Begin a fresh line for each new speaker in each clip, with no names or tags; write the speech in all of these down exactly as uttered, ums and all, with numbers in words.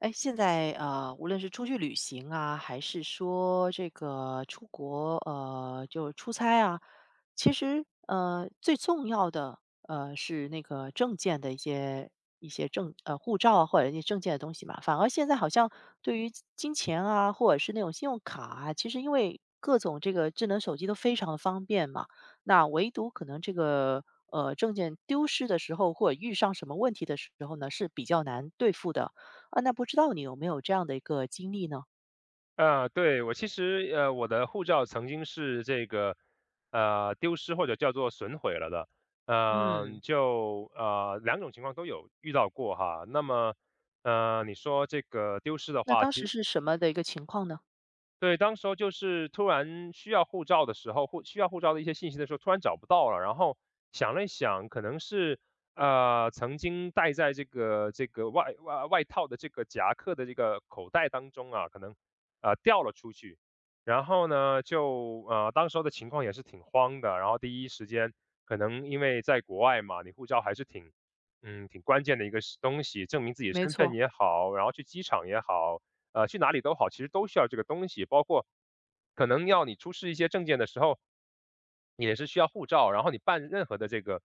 哎，现在呃，无论是出去旅行啊，还是说这个出国，呃，就出差啊，其实呃，最重要的呃是那个证件的一些一些证呃护照啊，或者一些证件的东西嘛。反而现在好像对于金钱啊，或者是那种信用卡啊，其实因为各种这个智能手机都非常的方便嘛，那唯独可能这个呃证件丢失的时候，或者遇上什么问题的时候呢，是比较难对付的。啊，那不知道你有没有这样的一个经历呢？
啊，对，我其实呃，我的护照曾经是这个呃丢失或者叫做损毁了的，嗯、
嗯，
就呃两种情况都有遇到过哈。那么呃，你说这个丢失的
那
话，
当时
其
是什么的一个情况呢？
对，当时候就是突然需要护照的时候，护需要护照的一些信息的时候，突然找不到了，然后想了一想，可能是呃曾经带在这个这个外外外套的这个夹克的这个口袋当中啊，可能呃掉了出去，然后呢就呃当时候的情况也是挺慌的，然后第一时间可能因为在国外嘛，你护照还是挺嗯挺关键的一个东西，证明自己
没
身份
错。
也好，然后去机场也好。呃，去哪里都好，其实都需要这个东西，包括可能要你出示一些证件的时候，也是需要护照，然后你办任何的这个，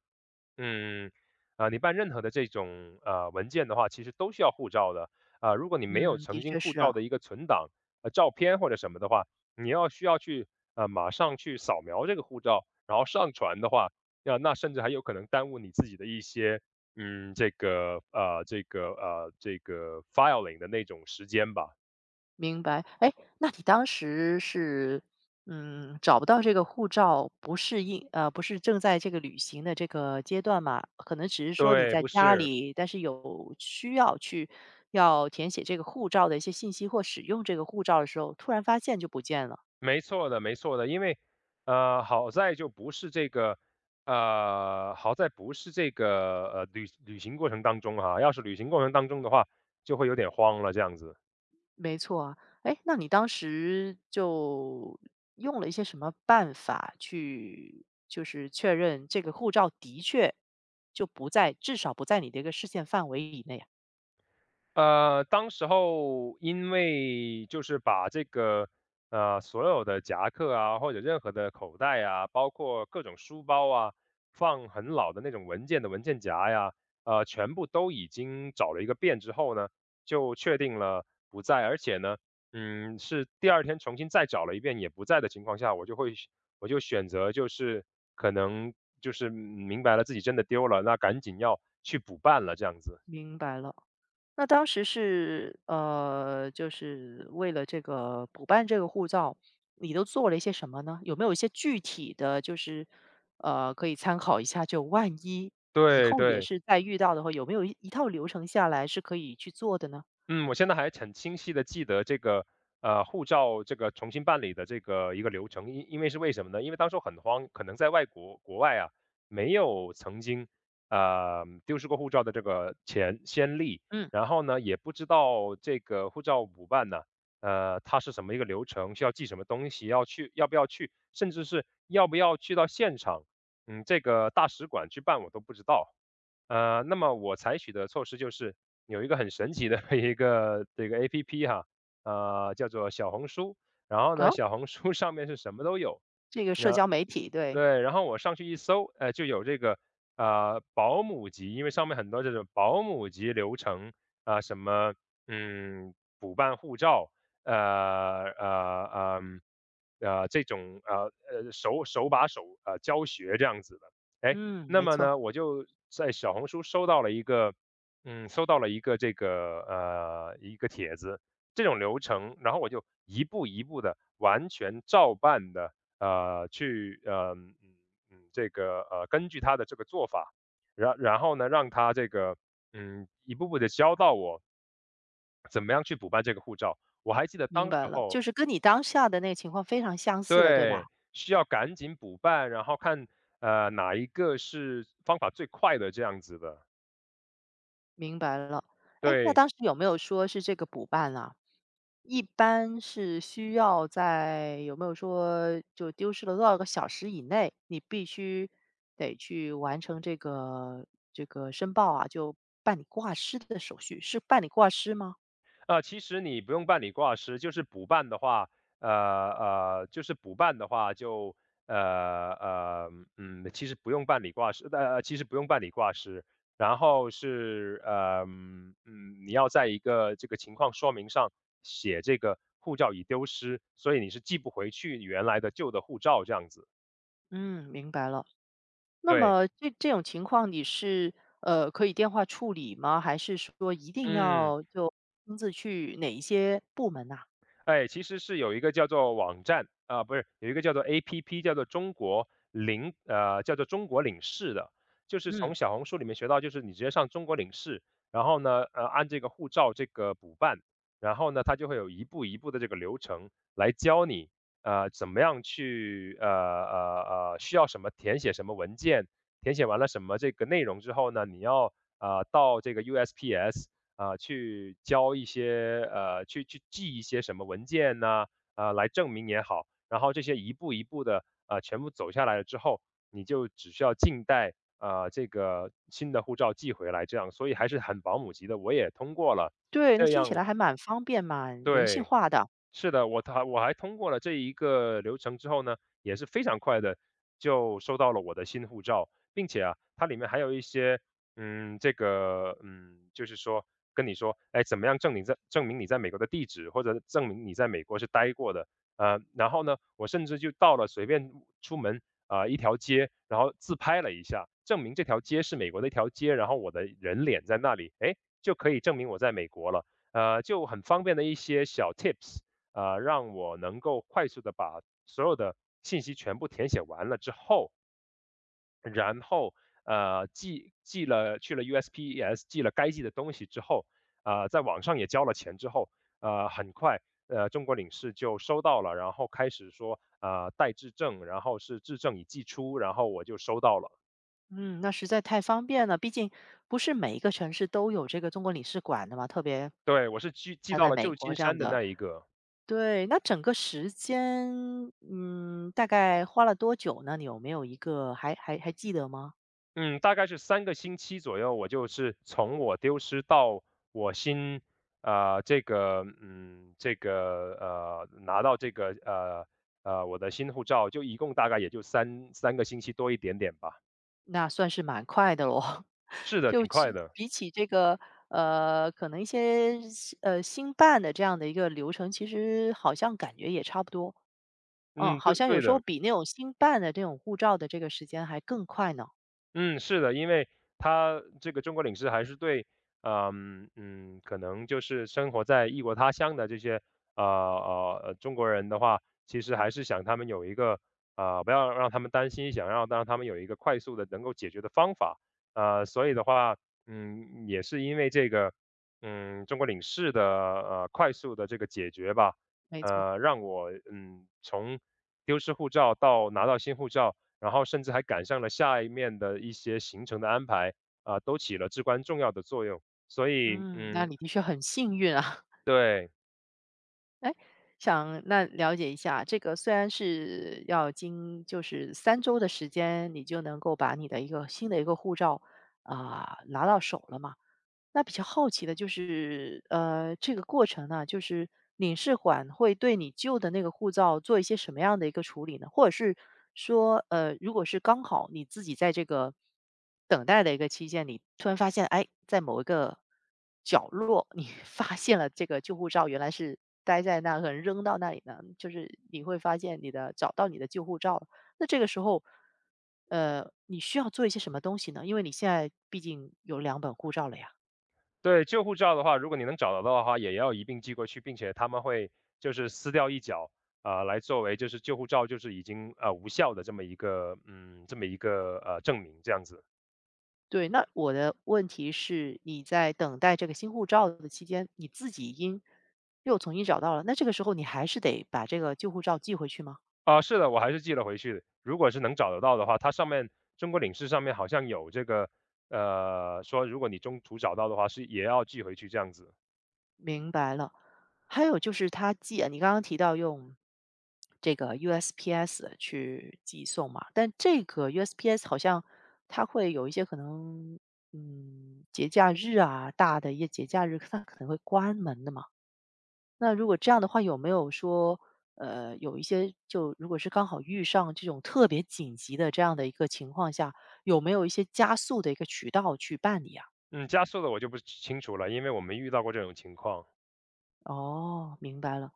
嗯，啊，你办任何的这种呃文件的话，其实都需要护照的。啊，如果你没有
嗯，
曾
的
经
确
护
是啊。
照的一个存档、呃照片或者什么的话，你要需要去呃马上去扫描这个护照，然后上传的话，那那甚至还有可能耽误你自己的一些嗯这个呃这个呃这个 filing 的那种时间吧。
明白。哎，那你当时是嗯找不到这个护照，不是应呃不是正在这个旅行的这个阶段嘛？可能只是说你
对，
在
不
家
是，
里，但是有需要去要填写这个护照的一些信息或使用这个护照的时候，突然发现就不见了。
没错的，没错的，因为，呃，好在就不是这个，呃，好在不是这个，呃，旅旅行过程当中哈，要是旅行过程当中的话，就会有点慌了，这样子。
没错啊。哎，那你当时就用了一些什么办法去，就是确认这个护照的确就不在，至少不在你的一个视线范围以内啊？
呃，当时候因为就是把这个，呃，所有的夹克啊，或者任何的口袋啊，包括各种书包啊，放很老的那种文件的文件夹呀，呃，全部都已经找了一个遍之后呢，就确定了不在，而且呢，嗯，是第二天重新再找了一遍也不在的情况下，我就会我就选择就是可能就是明白了自己真的丢了，那赶紧要去补办了这样子。
明白了。那当时是呃，就是为了这个补办这个护照，你都做了一些什么呢？有没有一些具体的，就是呃，可以参考一下，就万一以
对
后也
对。
是再遇到的话，有没有一一套流程下来是可以去做的呢？
嗯，我现在还很清晰的记得这个，呃，护照这个重新办理的这个一个流程，因因为是为什么呢？因为当时我很慌，可能在外国国外啊，没有曾经呃丢失过护照的这个前先例，
嗯。
然后呢，也不知道这个护照补办呢，呃，它是什么一个流程，需要寄什么东西，要去要不要去，甚至是要不要去到现场，嗯，这个大使馆去办我都不知道。呃，那么我采取的措施就是有一个很神奇的 一个这个 A P P 哈，呃，叫做小红书。然后呢，
哦。
小红书上面是什么都有，
这个社交媒体，对。
对，然后我上去一搜，呃，就有这个，呃，保姆级，因为上面很多这种保姆级流程，啊，呃什么，嗯，补办护照，呃呃嗯呃，这种呃呃手手把手呃教学这样子的，哎，
嗯，
那
没
么
错。
呢，我就在小红书收到了一个，嗯，收到了一个这个呃一个帖子，这种流程，然后我就一步一步的完全照办的，呃，去呃，嗯嗯，这个呃，根据他的这个做法，然然后呢，让他这个嗯，一步步的教到我怎么样去补办这个护照。我还记得
明
当时
白了，就
候。
是跟你当下的那个情况非常相似的，对吧？
对，需要赶紧补办，然后看，呃，哪一个是方法最快的这样子的，
明白了。哎，那
对。
当时有没有说是这个补办啊？一般是需要在有没有说就丢失了多少个小时以内，你必须得去完成这个这个申报啊，就办理挂失的手续，是办理挂失吗？
呃，其实你不用办理挂失，就是补办的话，呃呃，就是补办的话就，呃呃，嗯，其实不用办理挂失，呃，其实不用办理挂失，然后是，呃，嗯，嗯你要在一个这个情况说明上写这个护照已丢失，所以你是寄不回去原来的旧的护照这样子。
嗯，明白了。那
对。
么这这种情况你是，呃，可以电话处理吗？还是说一定
嗯。
要就亲自去哪一些部门呐？
哎，其实是有一个叫做网站啊，不是，有一个叫做 A P P，叫做中国领呃，叫做中国领事的，就是从
嗯，
小红书里面学到，就是你直接上中国领事，然后呢，呃，按这个护照这个补办，然后呢，它就会有一步一步的这个流程来教你，呃，怎么样去呃呃呃，需要什么填写什么文件，填写完了什么这个内容之后呢，你要呃到这个 U S P S 啊，去交一些呃，去去寄一些什么文件呐，呃，来证明也好。然后这些一步一步的呃，全部走下来了之后，你就只需要静待，呃，这个新的护照寄回来这样，所以还是很保姆级的，我也通过了，
对，那
这
听起来
样。
还蛮方便，蛮人性
对。
化的。
是的，我他我还通过了这一个流程之后呢，也是非常快的就收到了我的新护照，并且啊，它里面还有一些，嗯，这个，嗯，就是说跟你说，哎，怎么样证明在证明你在美国的地址，或者证明你在美国是待过的，呃，然后呢，我甚至就到了随便出门啊，呃一条街，然后自拍了一下，证明这条街是美国的一条街，然后我的人脸在那里，哎，就可以证明我在美国了，呃，就很方便的一些小 tips。呃，让我能够快速的把所有的信息全部填写完了之后，然后，呃，寄寄了去了 U S P S，寄了该寄的东西之后，呃，在网上也交了钱之后，呃，很快，呃，中国领事就收到了，然后开始说，呃，待质证，然后是质证已寄出，然后我就收到了。
嗯，那实在太方便了，毕竟不是每一个城市都有这个中国领事馆的嘛，特别
对，我是寄寄
他
到
在
了
美
旧
国
金
这样
山的
的。
那一个。
对，那整个时间，嗯，大概花了多久呢？你有没有一个还还还记得吗？
嗯，大概是三个星期左右，我就是从我丢失到我新呃，这个嗯，这个呃，拿到这个呃，呃，我的新护照，就一共大概也就三三个星期多一点点吧。
那算是蛮快的咯。
是 的，
就
挺快
其
的。
比起这个，呃，可能一些呃，新办的这样的一个流程，其实好像感觉也差不多。嗯，
嗯，
好
对
像有
对
时候
的。
比那种新办的这种护照的这个时间还更快呢。
嗯，是的，因为他这个中国领事还是对，嗯嗯，可能就是生活在异国他乡的这些呃呃呃中国人的话，其实还是想他们有一个呃不要让他们担心，想要让他们有一个快速的能够解决的方法，呃，所以的话，嗯，也是因为这个，嗯，中国领事的呃快速的这个解决吧，
没错。
呃，让我嗯从丢失护照到拿到新护照。然后甚至还赶上了下一面的一些行程的安排，啊，都起了至关重要的作用。所以，
嗯，那
嗯，
你的确很幸运啊。
对
哎，想那了解一下，这个虽然是要经就是三周的时间，你就能够把你的一个新的一个护照啊拿到手了嘛。那比较好奇的就是，呃，这个过程呢，就是领事馆会对你旧的那个护照做一些什么样的一个处理呢？或者是说，呃，如果是刚好你自己在这个等待的一个期间，你突然发现，哎，在某一个角落，你 发现了这个旧护照原来是待在那，可能扔到那里呢，就是你会发现你的找到你的旧护照了。那这个时候，呃，你需要做一些什么东西呢？因为你现在毕竟有两本护照了呀。
对，旧护照的话，如果你能找得到的话，也要一并寄过去，并且他们会就是撕掉一角，啊、来作为就是旧护照就是已经呃无效的这么一个嗯这么一个呃证明这样子。
对，那我的问题是，你在等待这个新护照的期间，你自己已经又重新找到了，那这个时候你还是得把这个旧护照寄回去吗？
啊，是的，我还是寄了回去的。如果是能找得到的话，它上面中国领事上面好像有这个，呃，说如果你中途找到的话，是也要寄回去这样子。
明白了。还有就是他寄啊你刚刚提到用这个 U S P S 去寄送嘛，但这个 U S P S 好像它会有一些可能，嗯，节假日啊，大的一些节假日，它可能会关门的嘛。那如果这样的话，有没有说，呃，有一些就如果是刚好遇上这种特别紧急的这样的一个情况下，有没有一些加速的一个渠道去办理啊？
嗯，加速的我就不清楚了，因为我没遇到过这种情况。
哦，明白了。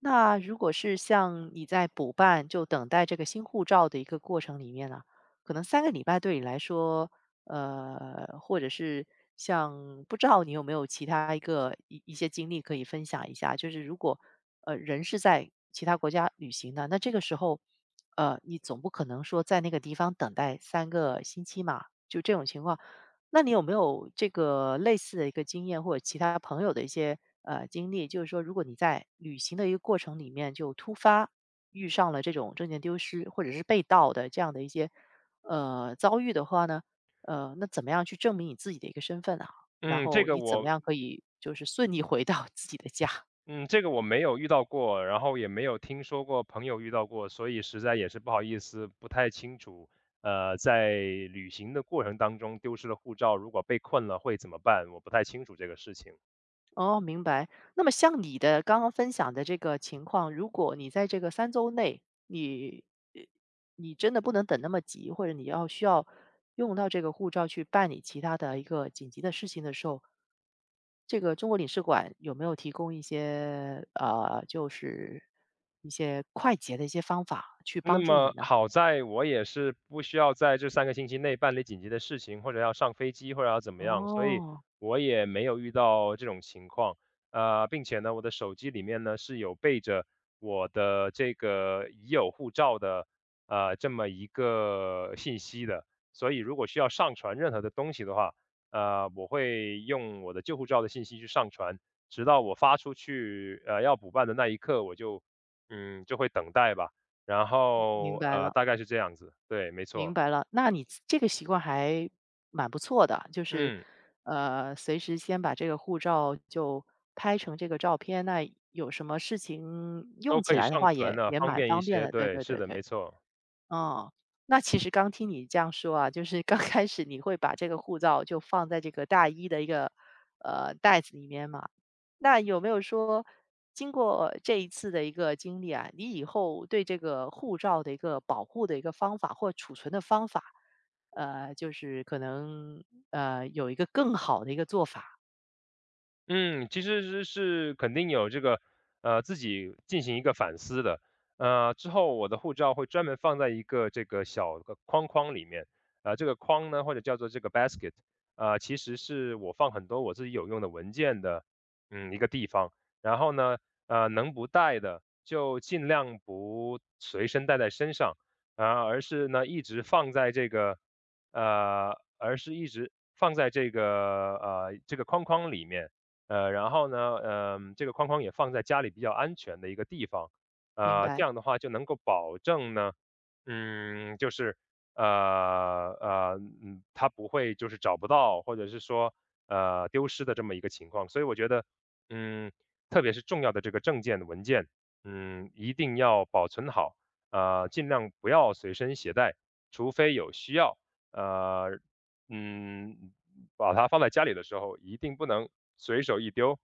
那如果是像你在补办，就等待这个新护照的一个过程里面呢，可能三个礼拜对你来说，呃，或者是像不知道你有没有其他一个一一些经历可以分享一下，就是如果呃人是在其他国家旅行的，那这个时候，呃，你总不可能说在那个地方等待三个星期嘛，就这种情况。那你有没有这个类似的一个经验，或者其他朋友的一些呃经历？就是说，如果你在旅行的一个过程里面，就突发遇上了这种证件丢失或者是被盗的这样的一些呃遭遇的话呢，呃，那怎么样去证明你自己的一个身份啊？然
嗯，这
后
个
你怎么
我
样可以就是顺利回到自己的家？
嗯，这个我没有遇到过，然后也没有听说过朋友遇到过，所以实在也是不好意思，不太清楚。呃，在旅行的过程当中丢失了护照，如果被困了会怎么办？我不太清楚这个事情。
哦，明白。那么像你的刚刚分享的这个情况，如果你在这个三周内，你呃你真的不能等那么急，或者你要需要用到这个护照去办理其他的一个紧急的事情的时候，这个中国领事馆有没有提供一些，呃，就是一些快捷的一些方法去
那
帮助你
么
呢？
好在我也是不需要在这三个星期内办理紧急的事情，或者要上飞机，或者要怎么样，所以
哦，
我也没有遇到这种情况。呃，并且呢，我的手机里面呢，是有备着我的这个已有护照的，呃，这么一个信息的。所以如果需要上传任何的东西的话，呃，我会用我的旧护照的信息去上传，直到我发出去，呃，要补办的那一刻，我就嗯，就会等待吧。然
明
后，
白
呃，
了。
大概是这样子，对，没
明
错，
白了，那你这个习惯还蛮不错的，就是，
嗯，
呃，随时先把这个护照就拍成这个照片，那有什么事情
都
用起
可以
来的
上
话
传
也
的，
也
方
蛮
便一
方便
些，
的。对
对，
对
是
对
的，没
对。
错。
哦，那其实刚听你这样说啊，就是刚开始你会把这个护照就放在这个大衣的一个呃袋子里面嘛，那有没有说经过这一次的一个经历啊，你以后对这个护照的一个保护的一个方法或储存的方法？呃，就是可能，呃，有一个更好的一个做法。
嗯，其实是是肯定有这个，呃，自己进行一个反思的。呃，之后我的护照会专门放在一个这个小的框框里面，呃，这个框呢，或者叫做这个 basket，呃，其实是我放很多我自己有用的文件的，嗯，一个地方。然后呢，呃，能不带的就尽量不随身带在身上，啊，而是呢一直放在这个，呃，而是一直放在这个呃这个框框里面。呃，然后呢，嗯，这个框框也放在家里比较安全的一个地方，
明
呃，这
白，
样的话就能够保证呢，嗯，就是，呃呃，嗯，他不会就是找不到，或者是说，呃，丢失的这么一个情况。所以我觉得，嗯，特别是重要的这个证件文件，嗯，一定要保存好，呃，尽量不要随身携带，除非有需要，呃，嗯，把它放在家里的时候，一定不能随手一丢，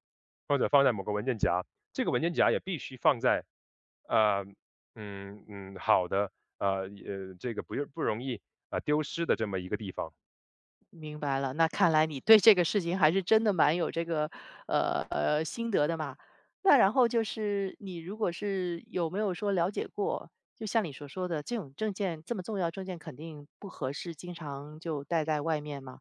或者放在某个文件夹。这个文件夹也必须放在，呃，嗯嗯，好的。呃，也呃这个不用不容易啊呃丢失的这么一个地方。
明白了。那看来你对这个事情还是真的蛮有这个，呃呃，心得的嘛。那然后就是你如果是有没有说了解过，就像你所说的这种证件这么重要证件肯定不合适经常就带在外面嘛。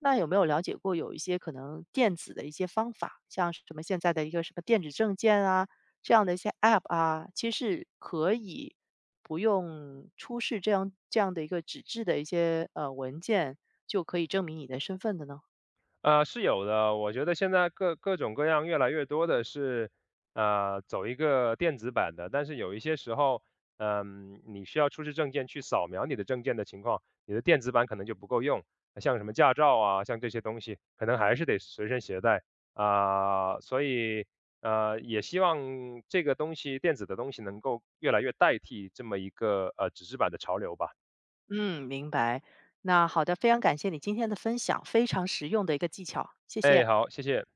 那有没有了解过有一些可能电子的一些方法，像什么现在的一个什么电子证件啊，这样的一些 App 啊，其实是可以不用出示这样这样的一个纸质的一些呃文件，就可以证明你的身份的呢？
啊，是有的，我觉得现在各各种各样越来越多的是，呃，走一个电子版的，但是有一些时候，嗯、你需要出示证件去扫描你的证件的情况，你的电子版可能就不够用，呃像什么驾照啊，像这些东西，可能还是得随身携带啊，所以呃，也希望这个东西电子的东西能够越来越代替这么一个呃纸质版的潮流吧。
嗯，明白。那好的，非常感谢你今天的分享，非常实用的一个技巧，谢
哎，
谢。
好，谢谢。